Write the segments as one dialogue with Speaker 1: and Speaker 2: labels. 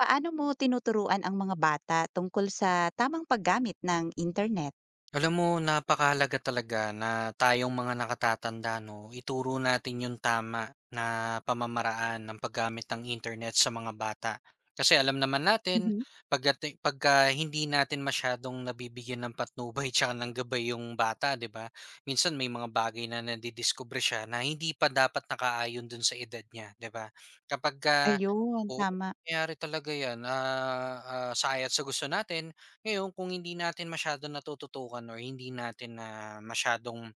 Speaker 1: Paano mo tinuturuan ang mga bata tungkol sa tamang paggamit ng internet?
Speaker 2: Alam mo, napakahalaga talaga na tayong mga nakatatanda, no, ituro natin yung tama na pamamaraan ng paggamit ng internet sa mga bata. Kasi alam naman natin,
Speaker 1: Mhm.
Speaker 2: pagka hindi natin masyadong nabibigyan ng patnubay tsaka ng gabay yung bata, di ba? Minsan may mga bagay na nadidiscover siya na hindi pa dapat nakaayon dun sa edad niya, di ba? Kapag,
Speaker 1: Ayun,
Speaker 2: oo,
Speaker 1: tama.
Speaker 2: nangyayari talaga yan, sa gusto natin, ngayon kung hindi natin masyado natututukan or hindi natin na masyadong,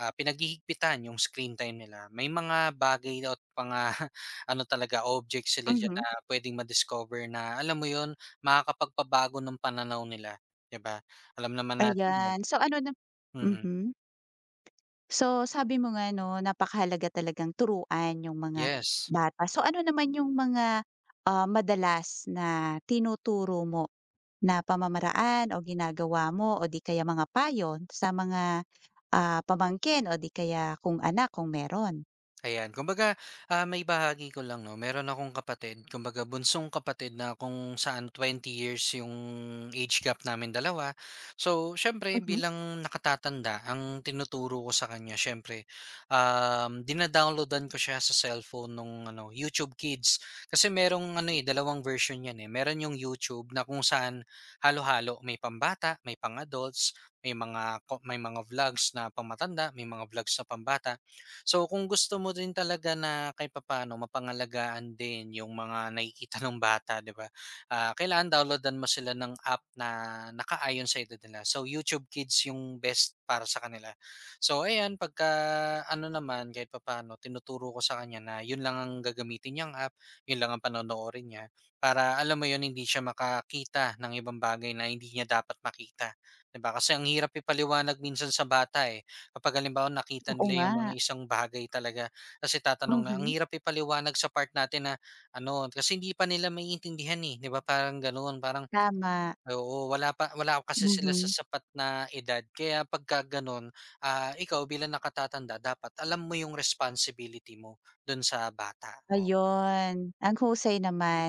Speaker 2: pinaghihigpitan yung screen time nila, may mga bagay at mga ano talaga, objects sila diyan na
Speaker 1: Mhm,
Speaker 2: puwedeng madiscover na alam mo yun, makakapagpabago ng pananaw nila, 'di ba? Alam naman natin yan.
Speaker 1: ayan. So ano na.
Speaker 2: Mm,
Speaker 1: Mhm. So sabi mo nga 'no, napakahalaga talagang turuan yung mga
Speaker 2: yes.
Speaker 1: bata. So ano naman yung mga, madalas na tinuturo mo na pamamaraan o ginagawa mo o di kaya mga payo sa mga, pamangkin o di kaya kung anak kung meron?
Speaker 2: Ayan, kumbaga, maibahagi ko lang 'no, meron akong kapatid, kumbaga bunsong kapatid na kung saan 20 years yung age gap namin dalawa. So, siyempre
Speaker 1: Mhm,
Speaker 2: bilang nakatatanda ang tinuturo ko sa kanya siyempre, dina ko siya sa cellphone nung ano, YouTube Kids. Kasi merong ano, eh, dalawang version yan, eh. Meron yung YouTube na kung saan halo-halo, may pambata, may pang-adults, may mga vlogs na pambata. So kung gusto mo din talaga na kahit papaano mapangalagaan din yung mga nakikita ng bata, 'di ba? Ah, kailangan downloadan mo sila ng app na nakaayon sa edad nila. So YouTube Kids yung best para sa kanila. So ayan, pagka ano naman kahit papano tinuturo ko sa kanya na yun lang ang gagamitin niyang app, yun lang ang panonoorin niya para alam mo yun hindi siya makakita ng ibang bagay na hindi niya dapat makita. 'Di ba? Kasi ang hirap ipaliwanag minsan sa bata eh. Kapag halimbawa nakita
Speaker 1: oo
Speaker 2: nila
Speaker 1: nga.
Speaker 2: yung mga isang bagay talaga, kasi tatanong na, ang
Speaker 1: Mhm.
Speaker 2: hirap ipaliwanag sa part natin na ano, kasi hindi pa nila maiintindihan, eh, 'di ba parang gano'n. Parang
Speaker 1: Tama.
Speaker 2: oo, wala kasi sila sa
Speaker 1: Mhm.
Speaker 2: sapat na edad kaya pagka gano'n, ikaw bilang nakatatanda dapat alam mo yung responsibility mo dun sa bata.
Speaker 1: Ayun, ang husay naman.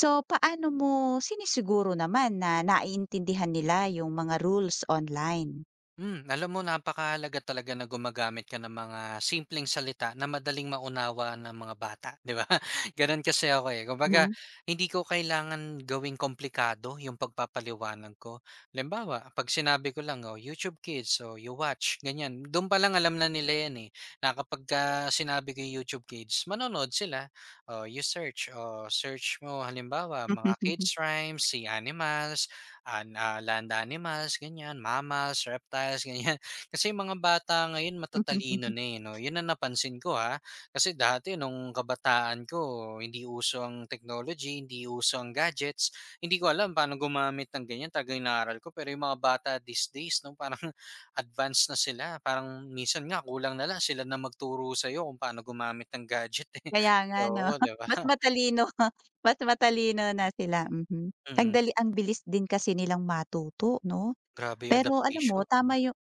Speaker 1: So, paano mo sinisiguro naman na naiintindihan nila yung mga rules online?
Speaker 2: Hmm, alam mo napakahalaga talaga na gumagamit ka ng mga simpleng salita na madaling maunawa ng mga bata, 'di ba? Gano'n kasi ako, eh. Kumbaga,
Speaker 1: Mhm.
Speaker 2: hindi ko kailangan gawing komplikado yung pagpapaliwanag ko. Halimbawa, 'pag sinabi ko lang, oh, YouTube Kids, o you watch, ganyan. Do'n pa lang alam na nila 'yan, eh, na kapagka sinabi ko yung YouTube Kids, manonood sila. Oh, you search, oh, search mo halimbawa mga kids rhymes, si animals, land animals, ganyan, mammals, reptiles, ganyan. Kasi yung mga bata ngayon matatalino na, eh, 'no? Yun ang napansin ko, ha? Kasi dati nung kabataan ko, hindi uso ang technology, hindi uso ang gadgets. Hindi ko alam paano gumamit ng ganyan, talagang inaaral ko. Pero yung mga bata these days, 'no, parang advanced na sila. Parang minsan nga kulang na lang sila na magturo sa'yo kung paano gumamit ng gadget, eh.
Speaker 1: Kaya nga 'no,
Speaker 2: Oo, 'di ba?
Speaker 1: mas matalino mas matalino na sila, mhm. Ang
Speaker 2: Mm,
Speaker 1: dali, ang bilis din kasi nilang matuto 'no?
Speaker 2: grabe yung
Speaker 1: Pero alam mo,
Speaker 2: adaptation.
Speaker 1: tama yung.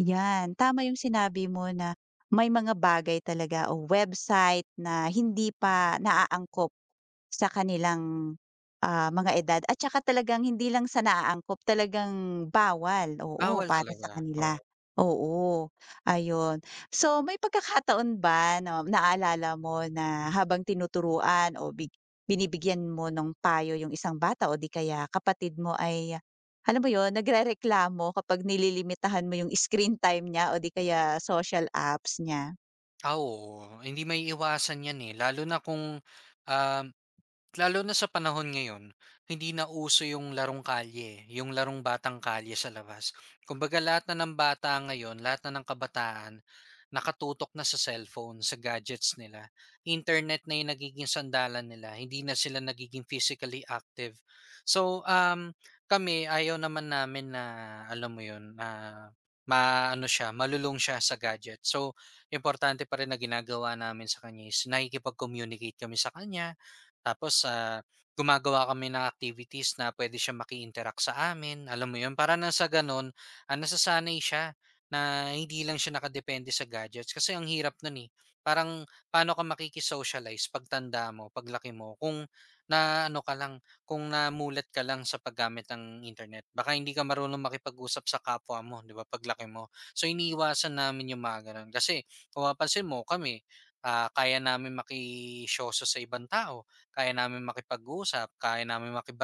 Speaker 1: Yan, tama yung sinabi mo na may mga bagay talaga o website na hindi pa naaangkop sa kanilang, mga edad at saka talagang hindi lang sa naaangkop, talagang bawal, oo,
Speaker 2: Bawal
Speaker 1: para sa
Speaker 2: talaga.
Speaker 1: kanila. Oo, ayun. So, may pagkakataon ba na naalala mo na habang tinuturuan o binibigyan mo ng payo yung isang bata o di kaya kapatid mo ay alam mo 'yun, nagrereklamo kapag nililimitahan mo yung screen time niya o di kaya social apps niya.
Speaker 2: Ah, oo, hindi maiiwasan 'yan, eh, lalo na kung, um, lalo na sa panahon ngayon, hindi na uso yung larong kalye, yung larong batang kalye sa labas. Kumbaga lahat na ng bata ngayon, lahat na ng kabataan, nakatutok na sa cellphone, sa gadgets nila. Internet na yung nagiging sandalan nila, hindi na sila nagiging physically active. So, kami, ayaw naman namin na, alam mo yun, na maano siya, malulong siya sa gadget. So, importante pa rin na ginagawa namin sa kanya is nakikipag-communicate kami sa kanya, tapos, gumagawa kami ng activities na pwede siya maki-interact sa amin, alam mo 'yun? Para na sa gano'n, nasasanay siya na hindi lang siya nakadepende sa gadgets kasi ang hirap no'n, eh. Parang paano ka makiki-socialize pagtanda mo, paglaki mo kung naano ka lang, kung namulat ka lang sa paggamit ng internet. Baka hindi ka marunong makipag-usap sa kapwa mo, 'di ba, paglaki mo. So, iniiwasan namin yung mga gano'n kasi kung mapapansin mo kami, kaya namin makisyoso sa ibang tao kaya namin makipag-usap, kaya namin maki.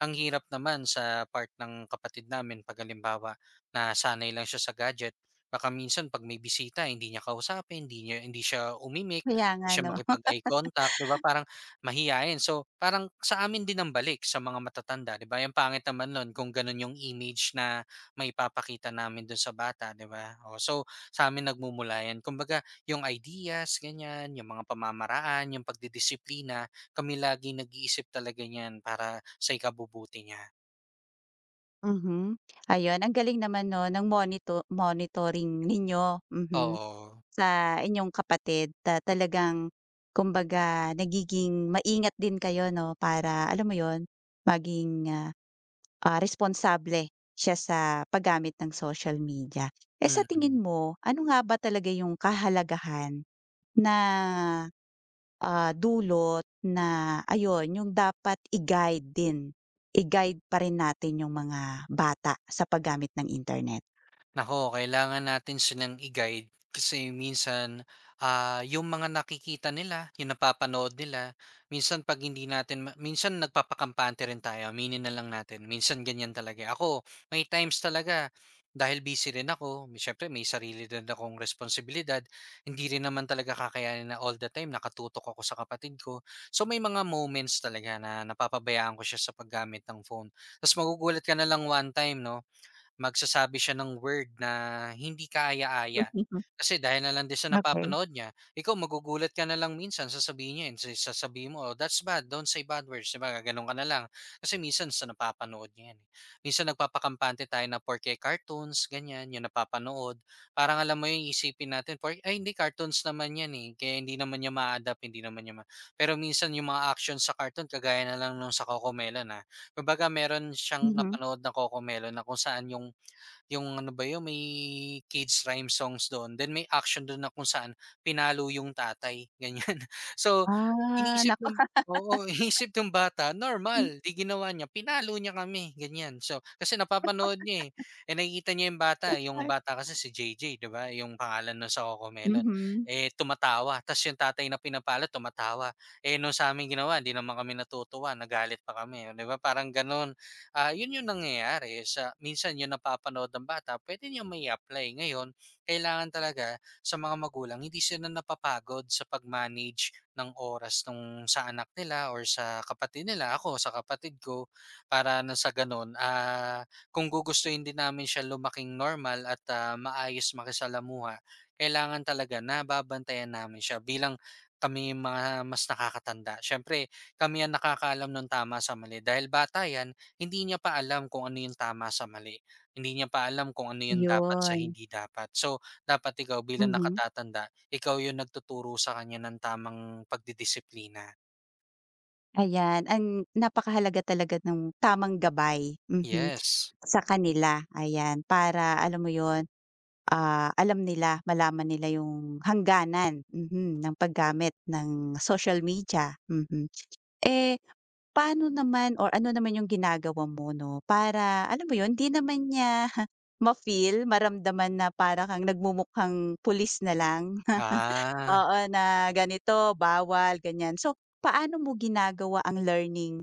Speaker 2: Ang hirap naman sa part ng kapatid namin 'pag halimbawa, nasanay lang siya sa gadget. Baka minsan 'pag may bisita hindi niya kausapin, hindi siya umimik,
Speaker 1: Kaya
Speaker 2: hindi
Speaker 1: nga
Speaker 2: siya
Speaker 1: 'no.
Speaker 2: makipag-eye contact, 'di ba, parang mahiyain. So, parang sa amin din ang balik sa mga matatanda, 'di ba? Yung pangit naman nun kung ganun yung image na may papakita namin dun sa bata, 'di ba? O so, sa amin nagmumula yan. Kumbaga yung ideas, ganyan, yung mga pamamaraan, yung pagdidisiplina kami laging nag-iisip talaga niyan para sa ikabubuti niya,
Speaker 1: Mhm. Ayun, ang galing naman 'no ng monitoring ninyo, mhm,
Speaker 2: oo,
Speaker 1: sa inyong kapatid na talagang kumbaga nagiging maingat din kayo 'no para alam mo yon maging, responsable siya sa paggamit ng social media. Eh, sa tingin
Speaker 2: mm.
Speaker 1: mo, ano nga ba talaga yung kahalagahan na dulot na ayun, yung dapat i-guide pa rin natin yung mga bata sa paggamit ng internet.
Speaker 2: Nako kailangan natin silang i-guide kasi minsan, yung mga nakikita nila, yung napapanood nila, minsan 'pag hindi natin ma minsan nagpapakampante rin tayo, aminin na lang natin. Minsan ganyan talaga, eh. Ako, may times talaga dahil busy rin ako, siyempre may sarili rin akong responsibilidad, hindi rin naman talaga kakayanin na all the time nakatutok ako sa kapatid ko. So, may mga moments talaga na napapabayaan ko siya sa paggamit ng phone. Ta's magugulat ka na lang one time 'no, magsasabi siya ng word na hindi kaaya-aya.
Speaker 1: Mhm.
Speaker 2: Kasi dahil na lang din sa
Speaker 1: Okey.
Speaker 2: napapanood niya, ikaw magugulat ka na lang minsan sasabihin niya yun, sa sasabihin mo, "Oh, that's bad, don't say bad words." 'Di ba, ka na lang. Kasi minsan sa napapanood niya yan, eh. Minsan nagpapakampante tayo na porke cartoons, ganyan, yung napapanood. Parang alam mo yung isipin natin porke, "Ay hindi, cartoons naman yan, eh, kaya hindi naman niya ma adapt hindi naman niya ma." Pero minsan yung mga action sa cartoon kagaya na lang nung sa Cocomelon, ah. Kumbaga meron siyang
Speaker 1: Mhm.
Speaker 2: napanood na Cocomelon na kung saan yung ano ba yun, may kids rhyme songs doon, then may action do'n na kung saan pinalo yung tatay, ganyan. So,
Speaker 1: Ah,
Speaker 2: iniisip
Speaker 1: naku.
Speaker 2: nung oo, iniisip nung bata normal, 'di ginawa niya, pinalo niya kami, ganyan. So, kasi napapanood niya, eh, eh, nakikita niya yung
Speaker 1: Ay.
Speaker 2: bata kasi si JJ, 'di ba, yung pangalan nun sa Cocomelon,
Speaker 1: Mhm.
Speaker 2: eh, tumatawa ta's yung tatay na pinapalo tumatawa. Eh, nung sa amin ginawa hindi naman kami natutuwa, nagalit pa kami, 'di ba, parang gano'n. Ah, yun yung nangyayari sa minsan yun napapanood ng bata puwede niyang may apply. Ngayon, kailangan talaga sa mga magulang hindi sila napapagod sa pag-manage ng oras nung sa anak nila or sa kapatid nila, ako sa kapatid ko, para na sa gano'n, kung gugustuhin din namin siya lumaking normal at, maayos makisalamuha, kailangan talaga na babantayan namin siya bilang kami yung mga mas nakakatanda. Siyempre, kami ang nakakaalam ng tama sa mali dahil bata 'yan. Hindi niya pa alam kung ano yung tama sa mali. Hindi niya pa alam kung ano yung dapat sa
Speaker 1: Yun,
Speaker 2: hindi dapat. So, dapat ikaw bilang
Speaker 1: mhm.
Speaker 2: nakatatanda, ikaw yung nagtuturo sa kanya ng tamang pagdidisiplina.
Speaker 1: Ayan, ang napakahalaga talaga ng tamang gabay, mhm,
Speaker 2: Yes.
Speaker 1: sa kanila, ayan. Para alam mo yun, malaman nila yung hangganan, mhm, ng paggamit ng social media, mhm. Eh. Paano naman or ano naman yung ginagawa mo 'no, para alam mo yun, di naman niya ma-feel, maramdaman na para kang nagmumukhang pulis na lang,
Speaker 2: Ah.
Speaker 1: oo, na ganito, bawal, ganyan. So, paano mo ginagawa ang learning,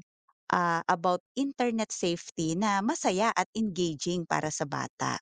Speaker 1: about internet safety na masaya at engaging para sa bata?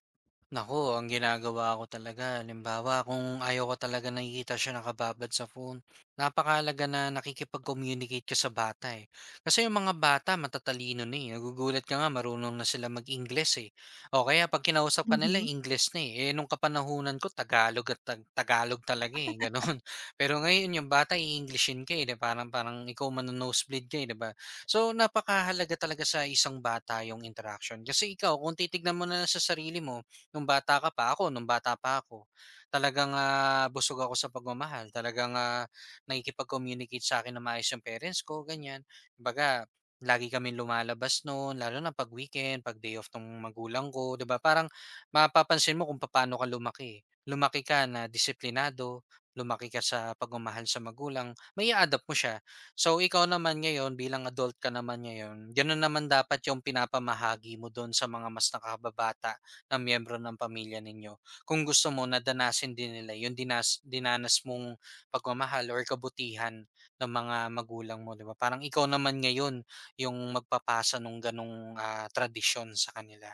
Speaker 2: Nako ang ginagawa ko talaga, halimbawa kung ayaw ko talaga nakikita siya nakababad sa phone, napakahalaga na nakikipag-communicate ka sa bata eh. Kasi yung mga bata matatalino na eh, nagugulat ka nga marunong na sila mag-Ingles eh. O kaya pag kinausap ka nila,
Speaker 1: Mhm.
Speaker 2: Ingles na eh. Eh nung kapanahunan ko, Tagalog at Tagalog talaga eh, ganon. Pero ngayon yung bata, i-Englishin ka eh, 'di ba? Parang, parang ikaw manonosebleed ka eh, 'di ba? So napakahalaga talaga sa isang bata yung interaction. Kasi ikaw, kung titignan mo na sa sarili mo, nung bata pa ako, talagang, busog ako sa pagmamahal. Talagang, nakikipag-communicate sa akin ng maayos yung parents ko, ganyan. Baga, lagi kami lumalabas noon lalo na 'pag weekend, 'pag day off ng magulang ko, 'di ba? Parang mapapansin mo kung paano ka lumaki. Lumaki ka na disiplinado, lumaki ka sa pagmamahal sa magulang, may a adapt mo siya. So, ikaw naman ngayon bilang adult ka naman ngayon, gano'n naman dapat yung pinapamahagi mo do'n sa mga mas nakakababata na miyembro ng pamilya ninyo. Kung gusto mo nadanasin din nila yung dinanas mong pagmamahal or kabutihan ng mga magulang mo, 'di ba? Parang ikaw naman ngayon yung magpapasa nung ganong, tradisyon sa kanila.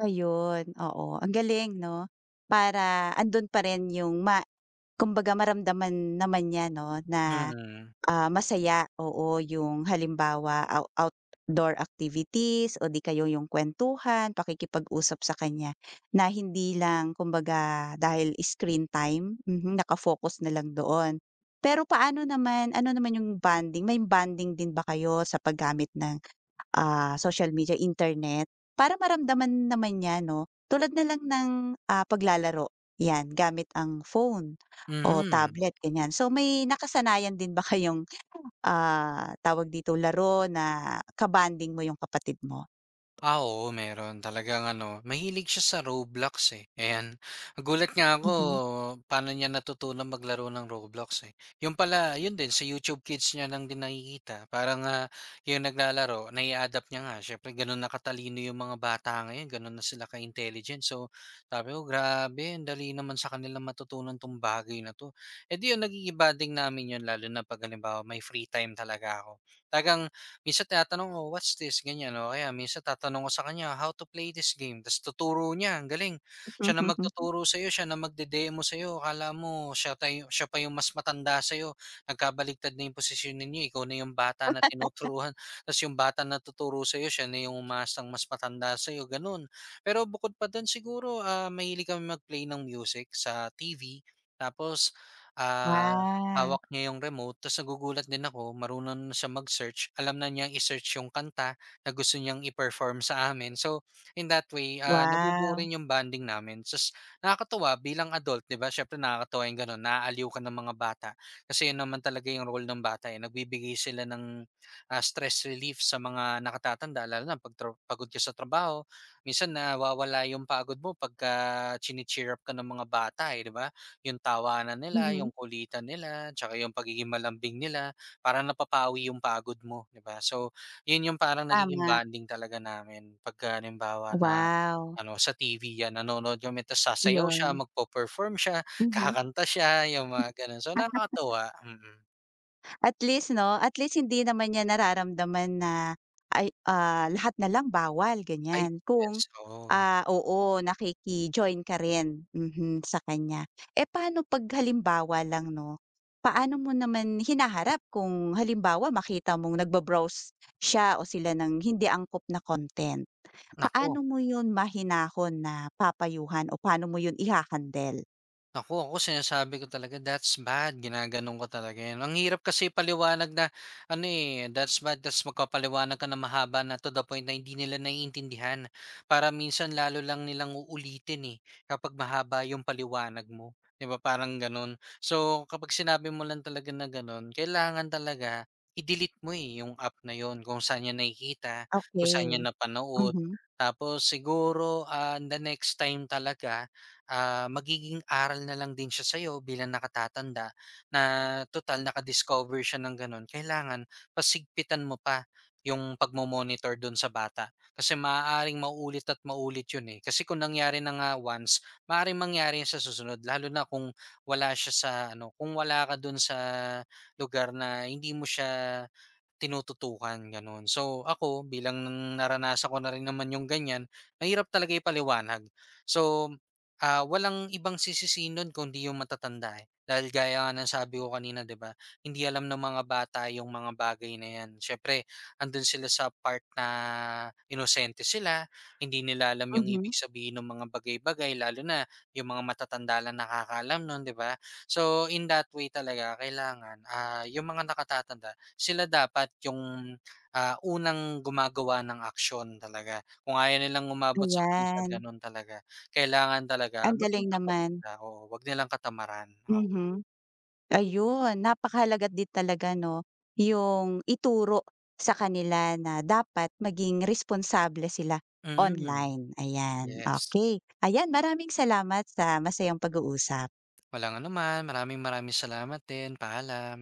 Speaker 1: Ayun, oo, ang galing 'no, para andun pa rin yung ma, kumbaga maramdaman naman niya 'no, na.
Speaker 2: Mm,
Speaker 1: Ah, masaya, oo, yung halimbawa outdoor activities o di kaya yung kuwentuhan, pakikipag-usap sa kanya na hindi lang kumbaga dahil screen time, mhm, naka na lang doon. Pero paano naman, ano naman yung bonding, may bonding din ba kayo sa paggamit ng, social media, internet? Para maramdaman naman niya 'no, tulad na lang ng, paglalaro, 'yan, gamit ang phone o
Speaker 2: mhm.
Speaker 1: tablet, ganyan. So, may nakasanayan din ba kayong. Tawag dito, laro na kabanding mo yung kapatid mo?
Speaker 2: Ah, oo meron. Talagang ano, mahilig siya sa Roblox, eh, ayan. Nagulat nga ako
Speaker 1: Mhm.
Speaker 2: paano niya natutunang maglaro ng Roblox, eh. Yung pala, yun din sa YouTube Kids niya lang din nakikita. Parang, yung naglalaro nai-a-adapt niya nga siyempre gano'n na katalino yung mga bata ngayon, gano'n na sila ka-intelligent. So, sabi ko, "Grabe ang dali naman sa kanila matutunan 'tong bagay na 'to." Eh, di yun nagiging namin yun lalo na 'pag halimbawa may free time talaga ako. Tagang minsan tinatanong ko, "What's this?" ganyan o kaya minsan tatanong ko sa kanya, "How to play this game?" Ta's tuturo niya, ang galing. Siya na magtuturo sa'yo, siya na magde-demo sa'yo, akala mo siya tay siya pa yung mas matanda sa'yo, nagkabaligtad na yung posisyon ninyo, ikaw na yung bata na tinuturuan, ta's yung bata na tuturo sa'yo siya na yung umaasang mas matanda sa'yo, gano'n. Pero bukod pa do'n siguro, mahilig kami mag-play ng music sa TV tapos, ah
Speaker 1: Ah,
Speaker 2: Hawak niya yung remote ta's nagugulat din ako marunong na siya mag-search, alam na niyang i-search yung kanta na gusto niyang i-perform sa amin. So, in that way, nabubuo
Speaker 1: wow.
Speaker 2: rin yung bonding namin ta's nakakatuwa bilang adult 'di ba siyempre nakakatuwa yung gano'n, naaaliw ka ng mga bata kasi yun naman talaga yung role ng bata, eh, nagbibigay sila ng, stress relief sa mga nakatatanda lalo na 'pag pagod ka sa trabaho. Minsan nawawala yung pagod mo pagka chini-cheer up ka ng mga bata, eh, 'di ba? Yung tawanan nila, yung
Speaker 1: Mhm.
Speaker 2: kulitan nila, tsaka yung pagiging malambing nila, parang napapawi yung pagod mo, 'di ba? So, yun yung parang nagiging
Speaker 1: Tama,
Speaker 2: bonding talaga namin pagka halimbawa na
Speaker 1: wow,
Speaker 2: ano, sa TV 'yan, nanonood kami tapos sasayaw siya,
Speaker 1: iyon.
Speaker 2: magpe-perform siya,
Speaker 1: Mhm.
Speaker 2: kakanta siya, yung mga gano'n. So, nakakatuwa, mm. Mm.
Speaker 1: At least 'no, at least hindi naman niya nararamdaman na ay, lahat na lang bawal
Speaker 2: Ay,
Speaker 1: ganyan
Speaker 2: yes,
Speaker 1: kung,
Speaker 2: oo.
Speaker 1: oo, nakiki-join ka rin, mhm, sa kanya. Eh, paano 'pag halimbawa lang 'no, paano mo naman hinaharap kung halimbawa makita mong nagbabrowse siya o sila ng hindi angkop na content?
Speaker 2: Naku.
Speaker 1: Paano mo 'yun mahinahon na papayuhan o paano mo 'yun iha, okay.
Speaker 2: Naku, ako sinasabi ko talaga, "That's bad." Ginaganon ko talaga 'yan. Ang hirap kasi paliwanag na ano, eh, that's bad ta's magpapaliwanag ka ng mahaba na to the point na hindi nila naiintindihan. Para minsan lalo lang nilang uulitin, eh, kapag mahaba yung paliwanag mo, 'di ba, parang gano'n. So, kapag sinabi mo lang talaga na gano'n, kailangan talaga i-delete mo, eh, yung app na yon kung saan niya nakikita, kung saan niya
Speaker 1: Okey.
Speaker 2: napanood.
Speaker 1: Mhm,
Speaker 2: Tapos siguro, the next time talaga magiging aral na lang din siya sa'yo bilang nakatatanda na tutal naka-discover siya ng gano'n, kailangan pasigpitan mo pa yung pagmo-monitor do'n sa bata. Kasi maaaring maulit at maulit 'yun, eh. Kasi kung nangyari na nga once, maaaring mangyari 'yun sa susunod lalo na kung wala siya sa ano, kung wala ka do'n sa lugar na hindi mo siya tinututukan gano'n. So ako bilang naranasan ko na rin naman yung ganyan, mahirap talaga ipaliwanag. So, walang ibang sisisinon nun kundi yung matatanda, eh. Dahil gaya nga ng sabi ko kanina 'di ba, hindi alam ng mga bata yung mga bagay na yan. Siyempre andun sila sa part na inosente sila, hindi nila alam yung ibig
Speaker 1: mhm,
Speaker 2: sabihin ng mga bagay-bagay lalo na yung mga matatanda lang nakakaalam nun 'di ba? So in that way talaga kailangan, yung mga nakatatanda sila dapat yung, unang gumagawa ng aksyon talaga. Kung ayaw nilang umabot sa point na
Speaker 1: ayan.
Speaker 2: gano'n talaga, kailangan talaga
Speaker 1: Ang
Speaker 2: maging
Speaker 1: galing
Speaker 2: patok
Speaker 1: naman.
Speaker 2: sila, oo, wag nilang katamaran, oo.
Speaker 1: Mhm. Ayun, napakahalaga din talaga 'no, yung ituro sa kanila na dapat maging responsable sila
Speaker 2: Mm,
Speaker 1: online, ayan.
Speaker 2: yes.
Speaker 1: Okey, ayan, maraming salamat sa masayang pag-uusap.
Speaker 2: Walang anuman, maraming maraming salamat din, paalam.